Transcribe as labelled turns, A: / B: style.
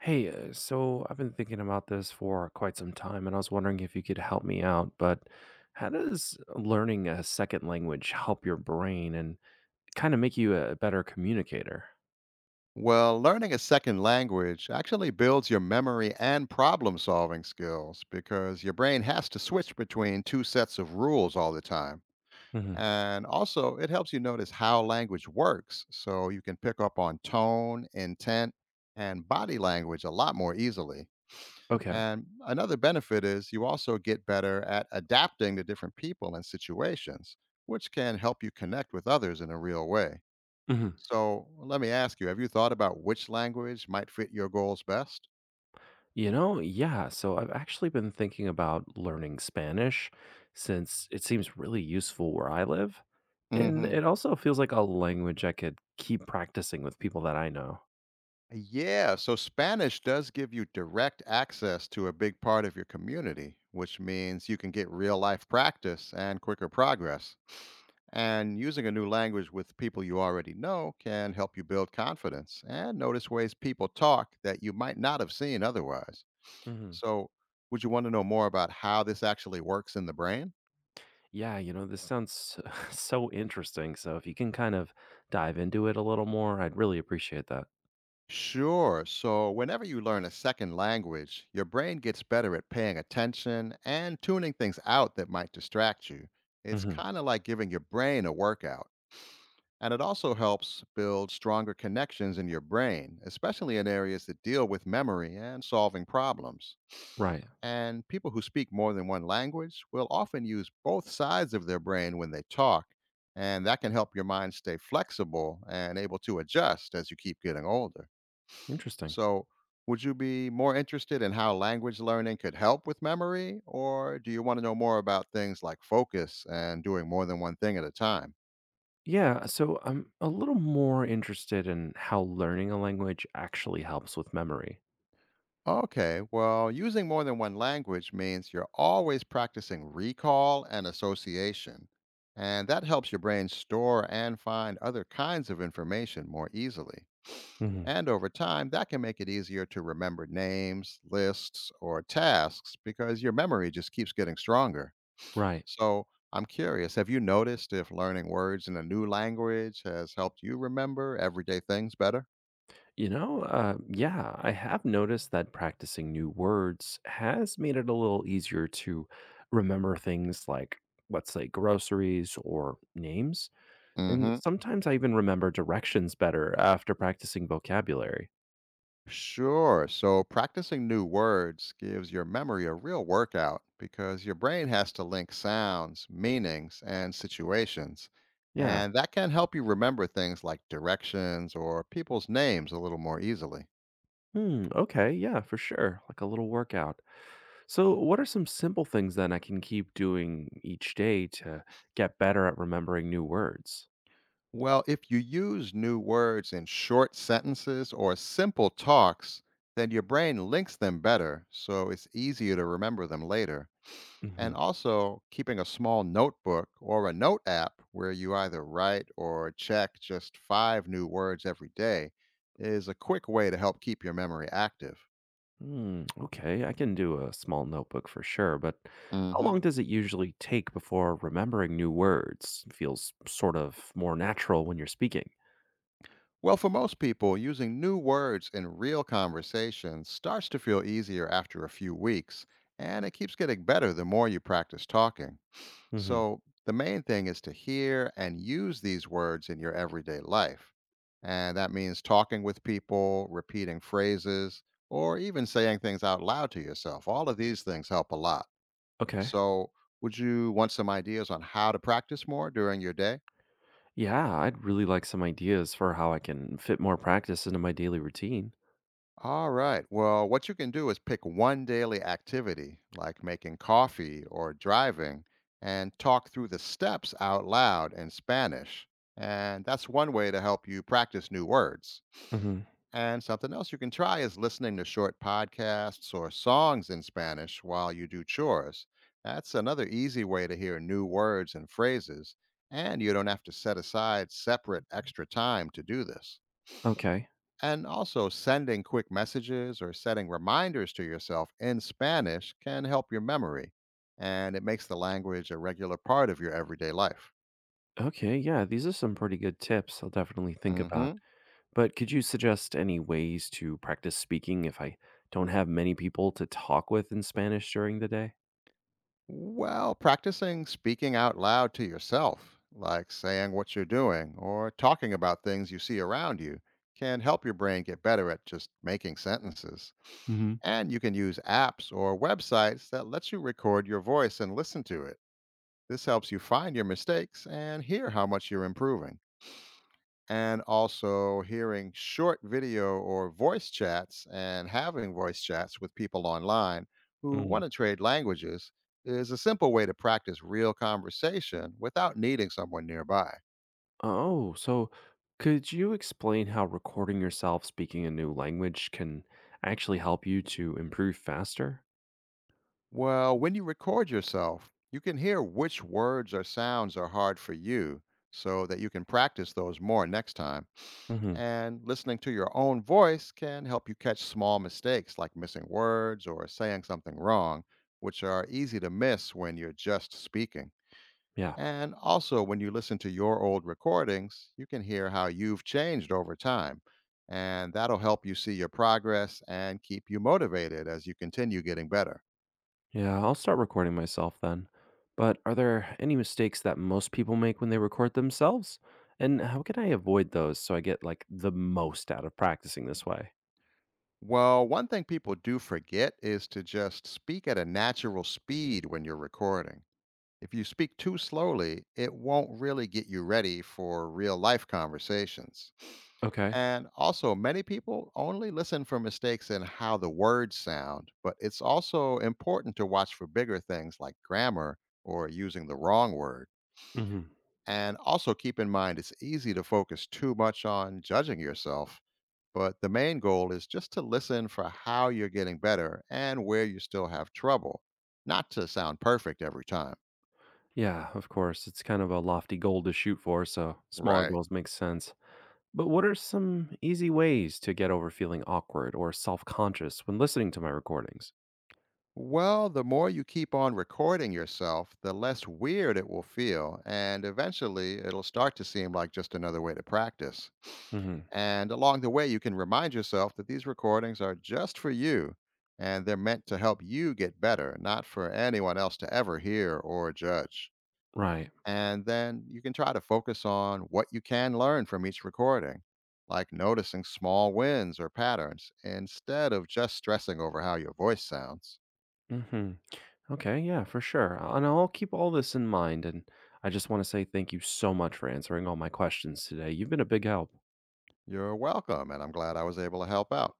A: Hey, so I've been thinking about this for quite some time, and I was wondering if you could help me out. But how does learning a second language help your brain and kind of make you a better communicator?
B: Well, learning a second language actually builds your memory and problem solving skills because your brain has to switch between two sets of rules all the time.
A: Hmm.
B: And also, it helps you notice how language works so you can pick up on tone, intent, and body language a lot more easily.
A: Okay.
B: And another benefit is you also get better at adapting to different people and situations, which can help you connect with others in a real way.
A: Hmm.
B: So let me ask you, have you thought about which language might fit your goals best?
A: Yeah. So I've actually been thinking about learning Spanish since it seems really useful where I live. And
B: hmm
A: it also feels like a language I could keep practicing with people that I know.
B: Yeah, so Spanish does give you direct access to a big part of your community, which means you can get real life practice and quicker progress. And using a new language with people you already know can help you build confidence and notice ways people talk that you might not have seen otherwise. So, would you want to know more about how this actually works in the brain?
A: Yeah, this sounds so interesting. So if you can kind of dive into it a little more, I'd really appreciate that.
B: Sure. So, whenever you learn a second language, your brain gets better at paying attention and tuning things out that might distract you. It's
A: Hmm.
B: kind of like giving your brain a workout. And it also helps build stronger connections in your brain, especially in areas that deal with memory and solving problems.
A: Right.
B: And people who speak more than one language will often use both sides of their brain when they talk. And that can help your mind stay flexible and able to adjust as you keep getting older.
A: Interesting.
B: So, would you be more interested in how language learning could help with memory, or do you want to know more about things like focus and doing more than one thing at a time?
A: Yeah. So I'm a little more interested in how learning a language actually helps with memory.
B: Okay, well, using more than one language means you're always practicing recall and association, and that helps your brain store and find other kinds of information more easily.
A: Hmm.
B: And over time, that can make it easier to remember names, lists, or tasks because your memory just keeps getting stronger.
A: Right.
B: So I'm curious, have you noticed if learning words in a new language has helped you remember everyday things better?
A: Yeah, I have noticed that practicing new words has made it a little easier to remember things like, let's say, groceries or names. And
B: hmm
A: sometimes I even remember directions better after practicing vocabulary.
B: Sure. So practicing new words gives your memory a real workout because your brain has to link sounds, meanings, and situations.
A: Yeah.
B: And that can help you remember things like directions or people's names a little more easily.
A: Hmm. Okay. Yeah, for sure. Like a little workout. So, what are some simple things then I can keep doing each day to get better at remembering new words?
B: Well, if you use new words in short sentences or simple talks, then your brain links them better, so it's easier to remember them later.
A: Hmm.
B: And also, keeping a small notebook or a note app where you either write or check just five new words every day is a quick way to help keep your memory active.
A: Hmm. Okay. I can do a small notebook for sure, but how
B: hmm
A: long does it usually take before remembering new words feels sort of more natural when you're speaking?
B: Well, for most people, using new words in real conversation starts to feel easier after a few weeks, and it keeps getting better the more you practice talking.
A: Hmm.
B: So, the main thing is to hear and use these words in your everyday life. And that means talking with people, repeating phrases, or even saying things out loud to yourself. All of these things help a lot.
A: Okay.
B: So, would you want some ideas on how to practice more during your day?
A: Yeah, I'd really like some ideas for how I can fit more practice into my daily routine.
B: All right. Well, what you can do is pick one daily activity, like making coffee or driving, and talk through the steps out loud in Spanish. And that's one way to help you practice new words.
A: Hmm.
B: And something else you can try is listening to short podcasts or songs in Spanish while you do chores. That's another easy way to hear new words and phrases, and you don't have to set aside separate extra time to do this.
A: Okay.
B: And also, sending quick messages or setting reminders to yourself in Spanish can help your memory, and it makes the language a regular part of your everyday life.
A: Okay. Yeah, these are some pretty good tips I'll definitely think about.
B: hmm
A: But could you suggest any ways to practice speaking if I don't have many people to talk with in Spanish during the day?
B: Well, practicing speaking out loud to yourself, like saying what you're doing or talking about things you see around you, can help your brain get better at just making sentences.
A: Hmm.
B: And you can use apps or websites that lets you record your voice and listen to it. This helps you find your mistakes and hear how much you're improving. And also, hearing short video or voice chats and having voice chats with people online who
A: Mm.
B: want to trade languages is a simple way to practice real conversation without needing someone nearby.
A: Oh, so could you explain how recording yourself speaking a new language can actually help you to improve faster?
B: Well, when you record yourself, you can hear which words or sounds are hard for you so that you can practice those more next time.
A: Hmm.
B: And listening to your own voice can help you catch small mistakes like missing words or saying something wrong, which are easy to miss when you're just speaking.
A: Yeah.
B: And also, when you listen to your old recordings, you can hear how you've changed over time. And that'll help you see your progress and keep you motivated as you continue getting better.
A: Yeah, I'll start recording myself then. But are there any mistakes that most people make when they record themselves? And how can I avoid those so I get like the most out of practicing this way?
B: Well, one thing people do forget is to just speak at a natural speed when you're recording. If you speak too slowly, it won't really get you ready for real life conversations.
A: Okay.
B: And also, many people only listen for mistakes in how the words sound, but it's also important to watch for bigger things like grammar or using the wrong word.
A: Hmm.
B: And also keep in mind it's easy to focus too much on judging yourself, but the main goal is just to listen for how you're getting better and where you still have trouble, not to sound perfect every time.
A: Yeah, of course. It's kind of a lofty goal to shoot for, so smaller
B: Right.
A: goals make sense. But what are some easy ways to get over feeling awkward or self conscious when listening to my recordings?
B: Well, the more you keep on recording yourself, the less weird it will feel, and eventually it'll start to seem like just another way to practice.
A: Hmm.
B: And along the way, you can remind yourself that these recordings are just for you and they're meant to help you get better, not for anyone else to ever hear or judge.
A: Right.
B: And then you can try to focus on what you can learn from each recording, like noticing small wins or patterns, instead of just stressing over how your voice sounds.
A: Hmm. Okay, yeah, for sure. And I'll keep all this in mind. And I just want to say thank you so much for answering all my questions today. You've been a big help.
B: You're welcome, and I'm glad I was able to help out.